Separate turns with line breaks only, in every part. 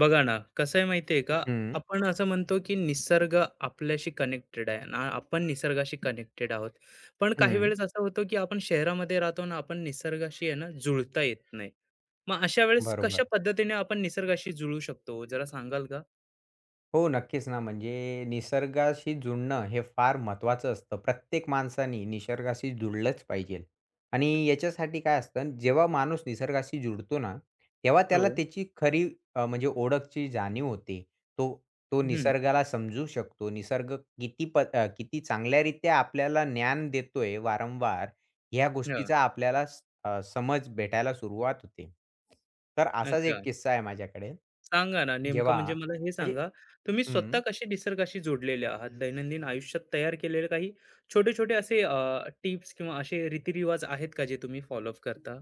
बघा ना, कसं आहे माहिती आहे का,
हं,
आपण असं म्हणतो की निसर्ग आपल्याशी कनेक्टेड आहे आणि आपण निसर्गाशी कनेक्टेड आहोत. पण काही
हं.
वेळेस असं होतं की आपण शहरामध्ये राहतो आणि आपण निसर्गाशी आहे ना जुळता येत नाही. मग अशा वेळेस
बरोबर.
कशा पद्धतीने आपण निसर्गाशी जुळू शकतो, जरा सांगाल का?
हो, नक्कीच ना, म्हणजे निसर्गाशी जुडणं हे फार महत्त्वाचं असतं. प्रत्येक माणसानी निसर्गाशी जुडलंच पाहिजे. आणि याच्यासाठी काय असतं, जेव्हा माणूस निसर्गाशी जुडतो ना, तेव्हा त्याला
हो.
त्याची खरी म्हणजे ओळखची जाणीव होते. तो तो
हं.
निसर्गाला समजू शकतो. निसर्ग किती चांगल्यारीत्या आपल्याला ज्ञान देतोय वारंवार, ह्या
हां.
गोष्टीचा आपल्याला समज भेटायला सुरुवात होते. तर असाच
अच्छा.
एक किस्सा आहे माझ्याकडे.
सांगा ना, नेमकं
जेव्हा
म्हणजे मला हे
म्हणजे
सांगा, तुम्ही
हं,
स्वतः कसे निसर्गाशी जोडलेले आहात? दैनंदिन आयुष्यात तयार केलेले काही छोटे-छोटे असे टिप्स किंवा असे रीतिरिवाज आहेत का जे तुम्ही फॉलो करता?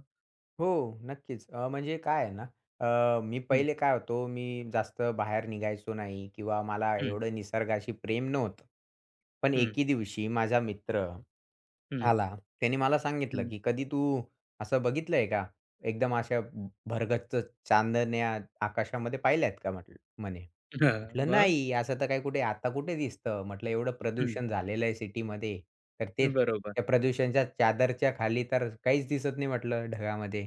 हो, नक्कीच. म्हणजे काय आहे ना, मी
हं,
पहिले काय होतो, मी जास्त बाहेर निघायचो नाही किंवा मला एवढं निसर्गाशी प्रेम नव्हतं. पण
हं,
एके दिवशी माझा मित्र
हं,
आला. त्याने मला सांगितलं,
हं.
की "कधी तू असं बघितलंय का? एकदम अशा भरगच्च चांदण्या आकाशामध्ये पाहिल्यात का?" म्हटलं म्हणे.
हां,
म्हटलं,
मग?
"नाही, असं तर काही कुठे आता कुठे दिसतं?" म्हटलं, "एवढं प्रदूषण झालेलं आहे सिटीमध्ये, तर ते
हं, बरोबर.
त्या प्रदूषणाच्या चादरच्या खाली तर काहीच दिसत नाही," म्हटलं, "ढगामध्ये."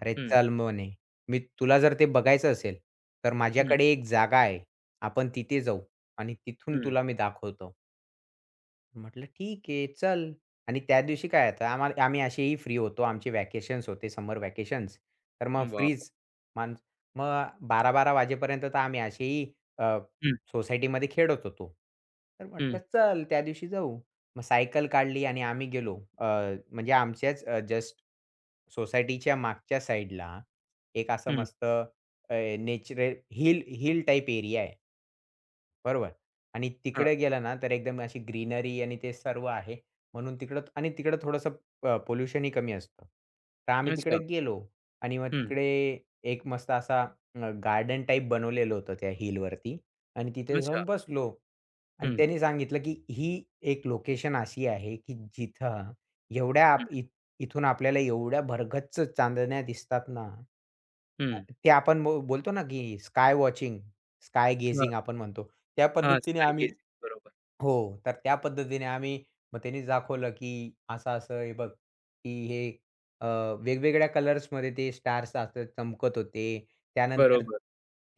"अरे,
हं,
चल," म्हणे, "मी तुला जर ते बघायचं असेल, तर
हं,
माझ्याकडे एक जागा आहे, आपण तिथे जाऊ आणि तिथून
हं.
तुला मी दाखवतो." म्हटलं, "ठीक आहे, चल." आणि त्या दिवशी काय आता आम्हाला आम्ही असेही फ्री होतो. आमचे व्हॅकेशन्स होते, समर व्हॅकेशन्स. तर मग
वॉव!
फ्रीज, माणसं मग 12 वाजेपर्यंत तर आम्ही असेही अ,
हं,
सोसायटीमध्ये खेळत होतो. तर
हं,
म्हटलं, "चल, त्या दिवशी जाऊ." मग सायकल काढली आणि आम्ही गेलो. म्हणजे आमच्याच जस्ट सोसायटीच्या मागच्या साईडला एक असं
हं.
मस्त natural hill hill type area आहे. बरोबर आणि
हां,
तिकडे गेला ना, तर एकदम अशी ग्रीनरी आणि ते सर्व आहे. म्हणून तिकडं आणि तिकडं थोडंसं पोल्युशनही कमी असतं. तर आम्ही
अच्छा.
तिकडे गेलो आणि मग
हं,
तिकडे एक मस्त असा गार्डन टाइप बनवलेलं होतं त्या हिलवरती आणि तिथे
अच्छा.
जाऊन बसलो. आणि
हं,
त्यांनी सांगितलं, की ही एक लोकेशन अशी आहे, की जिथं एवढ्या
हं,
आप इ इथून आपल्याला एवढ्या भरगच्च चांदण्या दिसतात ना,
हं.
ते आपण बोलतो ना, की स्काय वॉचिंग, स्काय
हां,
गेजिंग आपण म्हणतो. त्या
हां,
पद्धतीने
स्काय
आम्ही
गेजिंग. बरोबर,
हो. तर त्या पद्धतीने आम्ही मग त्यांनीच दाखवलं, की असं-असं हे बघ, की हे अ, वेगवेगळ्या कलर्समध्ये ते स्टार्स असं चमकत होते. त्यानंतर
बरोबर.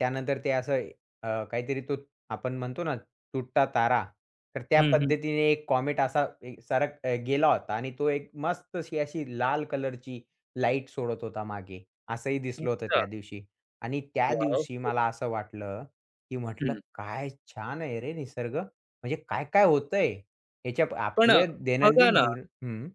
त्यानंतर ते असं काहीतरी तो आपण म्हणतो ना, तुटता तारा. तर त्या
हं, हं.
पद्धतीने एक कॉमेट असा एक गेला होता आणि तो एक मस्त अशी अशी लाल कलरची लाईट सोडत होता मागे. असंही दिसलं होतं
अच्छा,
त्या दिवशी. आणि त्या
वॉव!
दिवशी मला असं वाटलं, की म्हटलं,
हं.
"काय छान आहे रे निसर्ग." म्हणजे काय, काय होतंय? ह्याच्या
पण अ,
आपल्या
बघा
दैनंदिन
ना,
जीवन हं,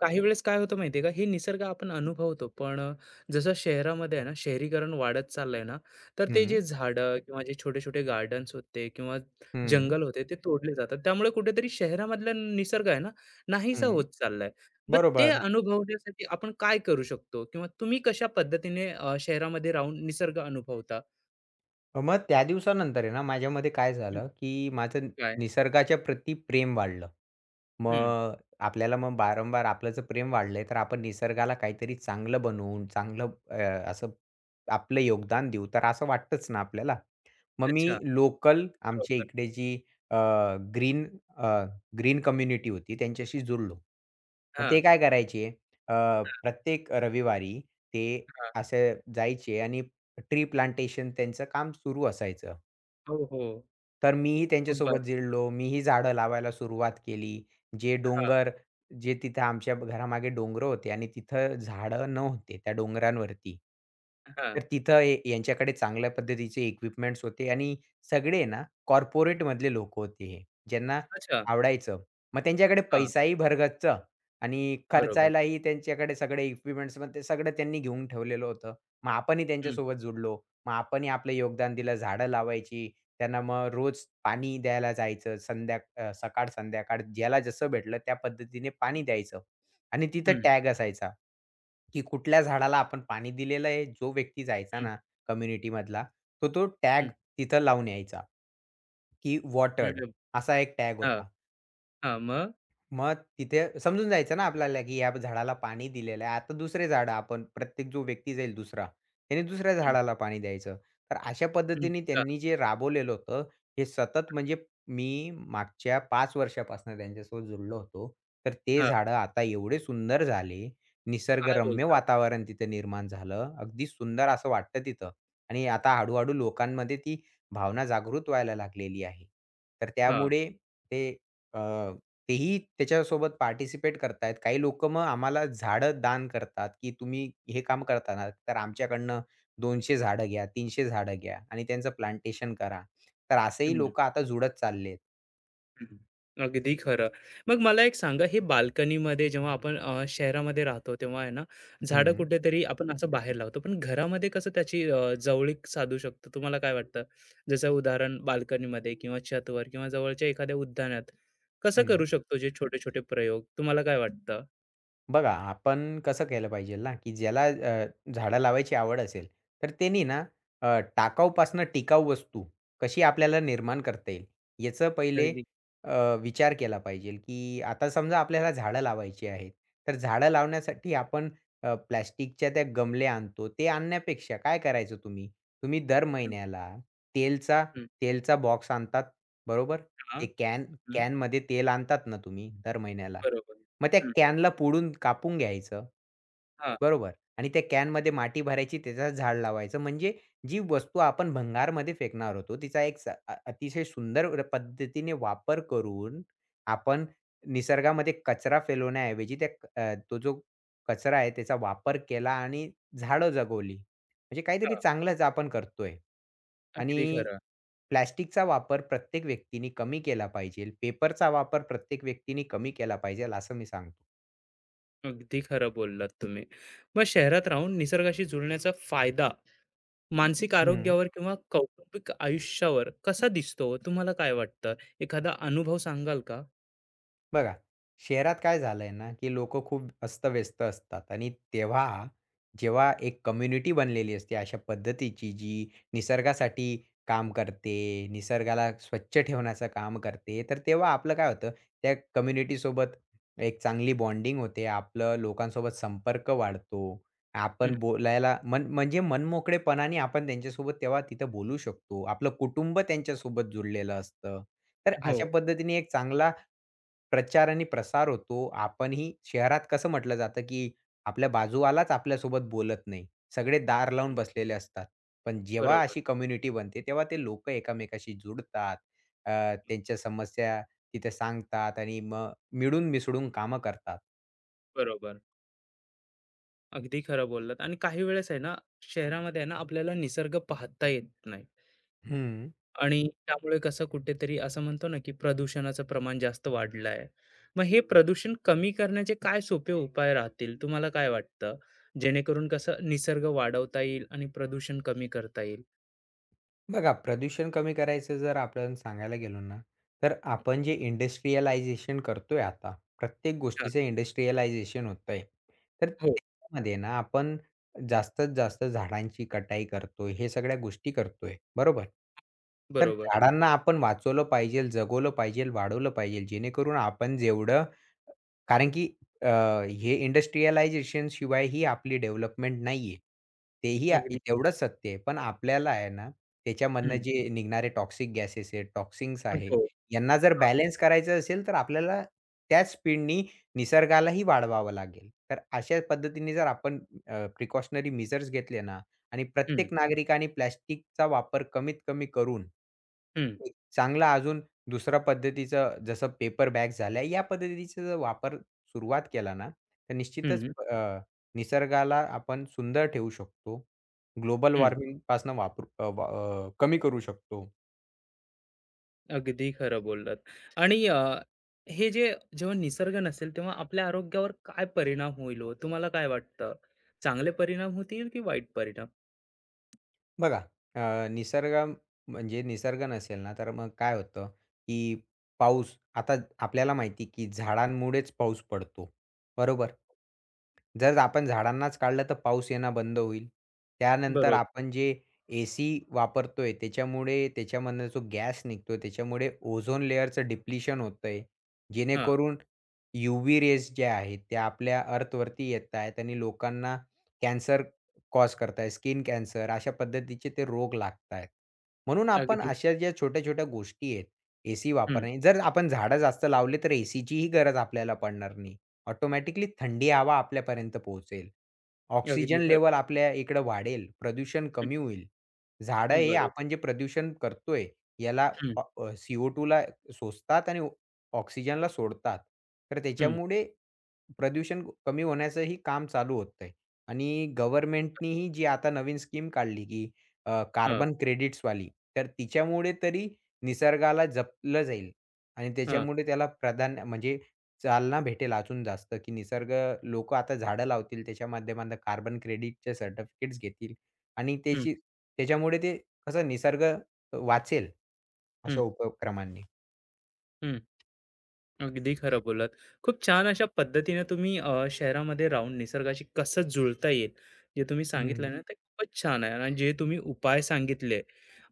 काही वेळेस काय होतं माहितीये का, हे निसर्ग आपण अनुभवतो, पण जसं शहरामध्ये आहे ना, शहरीकरण वाढत चाललंय ना, तर ते
हं,
जे झाडं किंवा जे छोटे-छोटे गार्डन्स होते किंवा
हं,
जंगल होते, ते तोडले जातात. त्यामुळे कुठेतरी शहरामधला निसर्ग आहे ना, नाहीसा
हं.
होत चाललाय. मग ते
बरोबर.
अनुभवण्यासाठी आपण काय करू शकतो? किंवा तुम्ही कशा पद्धतीने शहरामध्ये राहून निसर्ग अनुभवता?
मग त्या दिवसानंतर आहे ना, माझ्यामध्ये काय
हं,
झालं, की माझं
काय?
निसर्गाच्या प्रती प्रेम वाढलं.
हं,
मग आपल्याला मग वारंवार आपलं जर प्रेम वाढलंय, तर आपण निसर्गाला काहीतरी चांगलं बनवून, असं आपलं योगदान देऊ, तर असं वाटतंच ना आपल्याला. मग
अच्छा.
मी लोकल आमच्या
बरोबर.
इकडे जी ग्रीन ग्रीन कम्युनिटी होती त्यांच्याशी जुडलो. मग
हां,
ते काय करायचे अ, प्रत्येक रविवारी ते
हां.
असे जायचे आणि ट्री प्लांटेशन त्यांचं काम सुरू असायचं.
हो, हो.
तर मीही
खूप
त्यांच्यासोबत
भारी.
जिरलो. मीही झाडं लावायला सुरुवात केली. जे
हां,
डोंगर जे तिथं आमच्या घरामागे डोंगर होते आणि तिथं झाडं नव्हते त्या डोंगरांवरती.
हां.
तर तिथं हे यांच्याकडे चांगल्या पद्धतीचे इक्विपमेंट्स होते आणि सगळे ना कॉर्पोरेटमधले लोकं होते हे, ज्यांना
अच्छा.
आवडायचं. मग त्यांच्याकडे
हां,
पैसाही भरगच्च आणि
बरोबर.
खर्चायलाही त्यांच्याकडे सगळे इक्विपमेंट्स पण ते सगळं त्यांनी घेऊन ठेवलेलं होतं. मग आपणही
हं,
त्यांच्यासोबत जुडलो. मग आपणही आपलं योगदान दिलं. झाडं लावायची, त्यांना मग रोज पाणी द्यायला जायचं. सकाळ-संध्याकाळ ज्याला जसं भेटलं त्या पद्धतीने पाणी द्यायचं. आणि तिथं टॅग असायचा, की कुठल्या झाडाला आपण पाणी दिलेलं आहे. जो व्यक्ती जायचा
हं,
ना कम्युनिटीमधला, तो तो टॅग
हं.
तिथं लावून यायचा, की वॉटर्ड
अरे
असा एक टॅग
हां,
होता.
हां. मग?
मग तिथे समजून जायचं ना आपल्याला, की या झाडाला पाणी दिलेलं आहे. आता दुसरे झाडं आपण प्रत्येक जो व्यक्ती जाईल दुसरा, त्याने दुसऱ्या
हं,
झाडाला पाणी द्यायचं. तर अशा
हं.
पद्धतीने
अच्छा.
त्यांनी जे राबवलेलं होतं, हे सतत म्हणजे मी मागच्या 5 वर्षापासून त्यांच्यासोबत जुडलो होतो. तर ते
हां.
झाडं आता एवढे सुंदर झाले,
काय
निसर्गरम्य
बोलता?
वातावरण तिथं निर्माण झालं. अगदी सुंदर असं वाटतं तिथं आणि आता हळू लोकांमध्ये ती भावना जागृत व्हायला लागलेली आहे. तर
हां.
त्यामुळे ते तेही त्याच्यासोबत पार्टिसिपेट करतायत. काही लोकं मग आम्हाला झाडं दान करतात, की तुम्ही हे काम करता ना, तर आमच्याकडनं 200 झाडं घ्या, 300 झाडं घ्या आणि त्यांचं प्लांटेशन करा. तर असेही
हं, हं.
लोकं आता जुडत चाललेत.
अगदी खरं. मग मला एक सांगा, हे बाल्कनीमध्ये जेव्हा आपण शहरामध्ये राहतो, तेव्हा आहे ना, झाडं
हं,
कुठेतरी आपण असं बाहेर लावतो. पण घरामध्ये कसं त्याची जवळीक साधू शकतो, तुम्हाला काय वाटतं? जसं उदाहरण बाल्कनीमध्ये किंवा छतवर किंवा जवळच्या एखाद्या उद्यानात कसं करू
हं.
शकतो, जे छोटे-छोटे प्रयोग, तुम्हाला काय वाटतं?
बघा, आपण कसं केलं पाहिजे ना, की ज्याला झाडं लावायची आवड असेल, तर त्यांनी ना टाकाऊपासून टिकाऊ वस्तू कशी आपल्याला निर्माण करता येईल, याचं पहिले
अगदी.
विचार केला पाहिजे, की आता समजा आपल्याला झाडं लावायची आहेत. तर झाडं लावण्यासाठी आपण प्लास्टिकच्या त्या गमल्या आणतो. ते आणण्यापेक्षा काय करायचं तुम्ही? तुम्ही दर
हं,
महिन्याला तेलचा
हं.
तेलचा बॉक्स आणतात, बरोबर?
हां,
ते कॅन
हं.
कॅनमध्ये तेल आणतात ना तुम्ही दर महिन्याला.
बरोबर.
मग त्या
हं.
कॅनला पोडून कापून घ्यायचं,
हां,
बरोबर आणि त्या कॅनमध्ये माती भरायची त्याचं झाड लावायचं. म्हणजे जी वस्तू आपण भंगारमध्ये फेकणार होतो तिचा एक स अ अतिशय सुंदर पद्धतीने वापर करून आपण निसर्गामध्ये कचरा फैलवण्याऐवजी त्या तो जो कचरा आहे त्याचा वापर केला आणि झाडं जगवली. म्हणजे काहीतरी
हां.
चांगलंच आपण करतोय. आणि
अगदी खरं.
प्लास्टिकचा वापर प्रत्येक व्यक्तीने कमी केला पाहिजे. पेपरचा वापर प्रत्येक व्यक्तीने कमी केला पाहिजे असं मी सांगतो.
अगदी खरं बोललात तुम्ही. मग शहरात राहून निसर्गाशी जुळण्याचा फायदा मानसिक
हं.
आरोग्यावर किंवा कौटुंबिक आयुष्यावर कसा दिसतो हो? तुम्हाला काय वाटतं? एखादा अनुभव सांगाल का?
बघा, शहरात काय झालंय ना, की लोकं खूप अस्तव्यस्त असतात आणि तेव्हा जेव्हा एक कम्युनिटी बनलेली असते अशा पद्धतीची, जी निसर्गासाठी काम करते, निसर्गाला स्वच्छ ठेवण्याचं काम करते, तर तेव्हा आपलं काय होतं, त्या कम्युनिटीसोबत एक चांगली बॉन्डिंग होते. आपलं लोकांसोबत संपर्क वाढतो.
हं,
आपण बोलायला मन म्हणजे मनमोकळेपणाने आपण त्यांच्यासोबत तेव्हा तिथं बोलू शकतो. आपलं कुटुंब त्यांच्यासोबत जुळलेलं असतं. तर
हो.
अशा पद्धतीने एक चांगला प्रचार आणि प्रसार होतो. आपणही शहरात कसं म्हटलं जातं, की आपल्या बाजूवालाच आपल्यासोबत बोलत नाही. सगळे दार लावून
हं,
बसलेले असतात. पण जेव्हा
बरोबर,
अशी कम्युनिटी बनते, तेव्हा ते लोकं एकमेकाशी जुडतात. अ, त्यांच्या समस्या तिथे सांगतात आणि मग मिळून मिसळून कामं करतात.
बरोबर. अगदी खरं बोललात आणि काही वेळेस आहे ना, शहरामध्ये आहे ना, आपल्याला निसर्ग पाहता येत नाही.
हं.
आणि त्यामुळे कसं कुठेतरी असं म्हणतो ना, की प्रदूषणाचं प्रमाण जास्त वाढलं आहे. मग हे प्रदूषण कमी करण्याचे काय सोपे उपाय राहतील? तुम्हाला काय वाटतं? जेणेकरून कसं निसर्ग वाढवता येईल आणि प्रदूषण कमी करता येईल?
बघा, प्रदूषण कमी करायचं जर आपण सांगायला गेलो ना, तर आपण जे इंडस्ट्रियलायझेशन करतोय आता, प्रत्येक
हां,
गोष्टीचं इंडस्ट्रियलायझेशन होतंय. तर
हो,
त्याच्यामध्ये ना आपण जास्तीत जास्त झाडांची कटाई करतोय, हे सगळ्या गोष्टी करतोय, बरोबर? तर
बरोबर.
झाडांना आपण वाचवलं पाहिजेल, जगवलं पाहिजेल, वाढवलं पाहिजेल, जेणेकरून आपण जेवढं कारण की अ, हे इंडस्ट्रियलायझेशन शिवाय ही आपली डेव्हलपमेंट नाहीये. तेही आ
अगदी.
तेवढंच सत्य आहे. पण आपल्याला आहे ना, त्याच्यामधनं
हं.
जे निघणारे टॉक्सिक गॅसेस आहेत, टॉक्सिन्स आहे,
हो.
यांना जर
हां.
बॅलन्स करायचं असेल, तर आपल्याला त्याच स्पीडनी निसर्गालाही वाढवावं लागेल. तर अशा पद्धतीने जर आपण प्रिकॉशनरी मेजर्स घेतले ना आणि
हं,
प्रत्येक नागरिकाने प्लास्टिकचा वापर कमीत कमी करून,
हं,
एक चांगला अजून दुसऱ्या पद्धतीचं जसं पेपर बॅग झाल्या, या पद्धतीचा जर वापर सुरुवात केला ना, तर निश्चितच
हं,
अ, निसर्गाला आपण सुंदर ठेवू शकतो. ग्लोबल
हं.
वॉर्मिंगपासून वापरू अ, वा अ, कमी करू शकतो.
अगदी खरं बोललात. आणि हे जे जेव्हा निसर्ग नसेल, तेव्हा आपल्या आरोग्यावर काय परिणाम होईल हो? तुम्हाला काय वाटतं? चांगले परिणाम होतील की वाईट परिणाम?
बघा निसर्ग म्हणजे निसर्ग नसेल ना, तर मग काय होतं, की पाऊस आता आपल्याला माहिती, की झाडांमुळेच पाऊस पडतो, बरोबर? जर आपण झाडांनाच काढलं तर पाऊस येणं बंद होईल. त्यानंतर
बरोबर.
आपण जे एसी वापरतोय त्याच्यामुळे त्याच्यामधनं जो गॅस निघतो त्याच्यामुळे ओझोन लेयरचं डिप्लिशन होतंय. जेणेकरून यूव्ही रेज ज्या आहेत त्या आपल्या अर्थवरती येत आहेत आणि लोकांना कॅन्सर कॉज करत आहेत. स्किन कॅन्सर अशा पद्धतीचे ते रोग लागत आहेत. म्हणून आपण
अगदी.
अशा ज्या छोट्या-छोट्या गोष्टी आहेत एसी
हं.
वापरणे जर आपण झाडं जास्त लावले तर एसीचीही गरज आपल्याला पडणार नाही. ऑटोमॅटिकली थंडी हवा आपल्यापर्यंत पोहोचेल.
अगदी
ऑक्सिजन
खरं.
लेव्हल आपल्या इकडं वाढेल, प्रदूषण
हं,
कमी होईल. झाडं
हं,
हे
बरोबर.
आपण जे प्रदूषण करतोय, याला
हं,
CO2ला शोषतात आणि ऑक्सिजनला सोडतात. तर
हं.
त्याच्यामुळे प्रदूषण कमी होण्याचंही काम चालू होतंय आणि गव्हर्नमेंटनीही जी आता नवीन स्कीम काढली, की
हं,
कार्बन क्रेडिट्सवाली. तर तिच्यामुळे तरी निसर्गाला जपलं जाईल आणि
हं,
त्याच्यामुळे त्याला प्राधान्य म्हणजे चालना भेटेल अजून जास्त, की निसर्ग लोक आता झाडं लावतील, त्याच्या माध्यमातून कार्बन क्रेडिटचे सर्टिफिकेट्स घेतील आणि
हं,
त्याची त्याच्यामुळे ते कसं निसर्ग वाचेल
हं,
अशा उपक्रमांनी.
हं. अगदी खरं बोललात. खूप छान अशा पद्धतीने तुम्ही शहरामध्ये राहून निसर्गाशी कसं जुळता येईल, जे तुम्ही सांगितलं
हं.
ना, ते खूपच छान आहे आणि जे तुम्ही उपाय सांगितले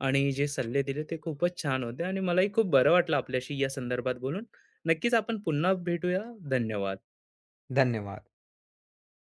आणि जे सल्ले दिले ते खूपच छान होते आणि मलाही खूप बरं वाटलं आपल्याशी या संदर्भात बोलून. नक्कीच आपण पुन्हा भेटूया. धन्यवाद.
धन्यवाद.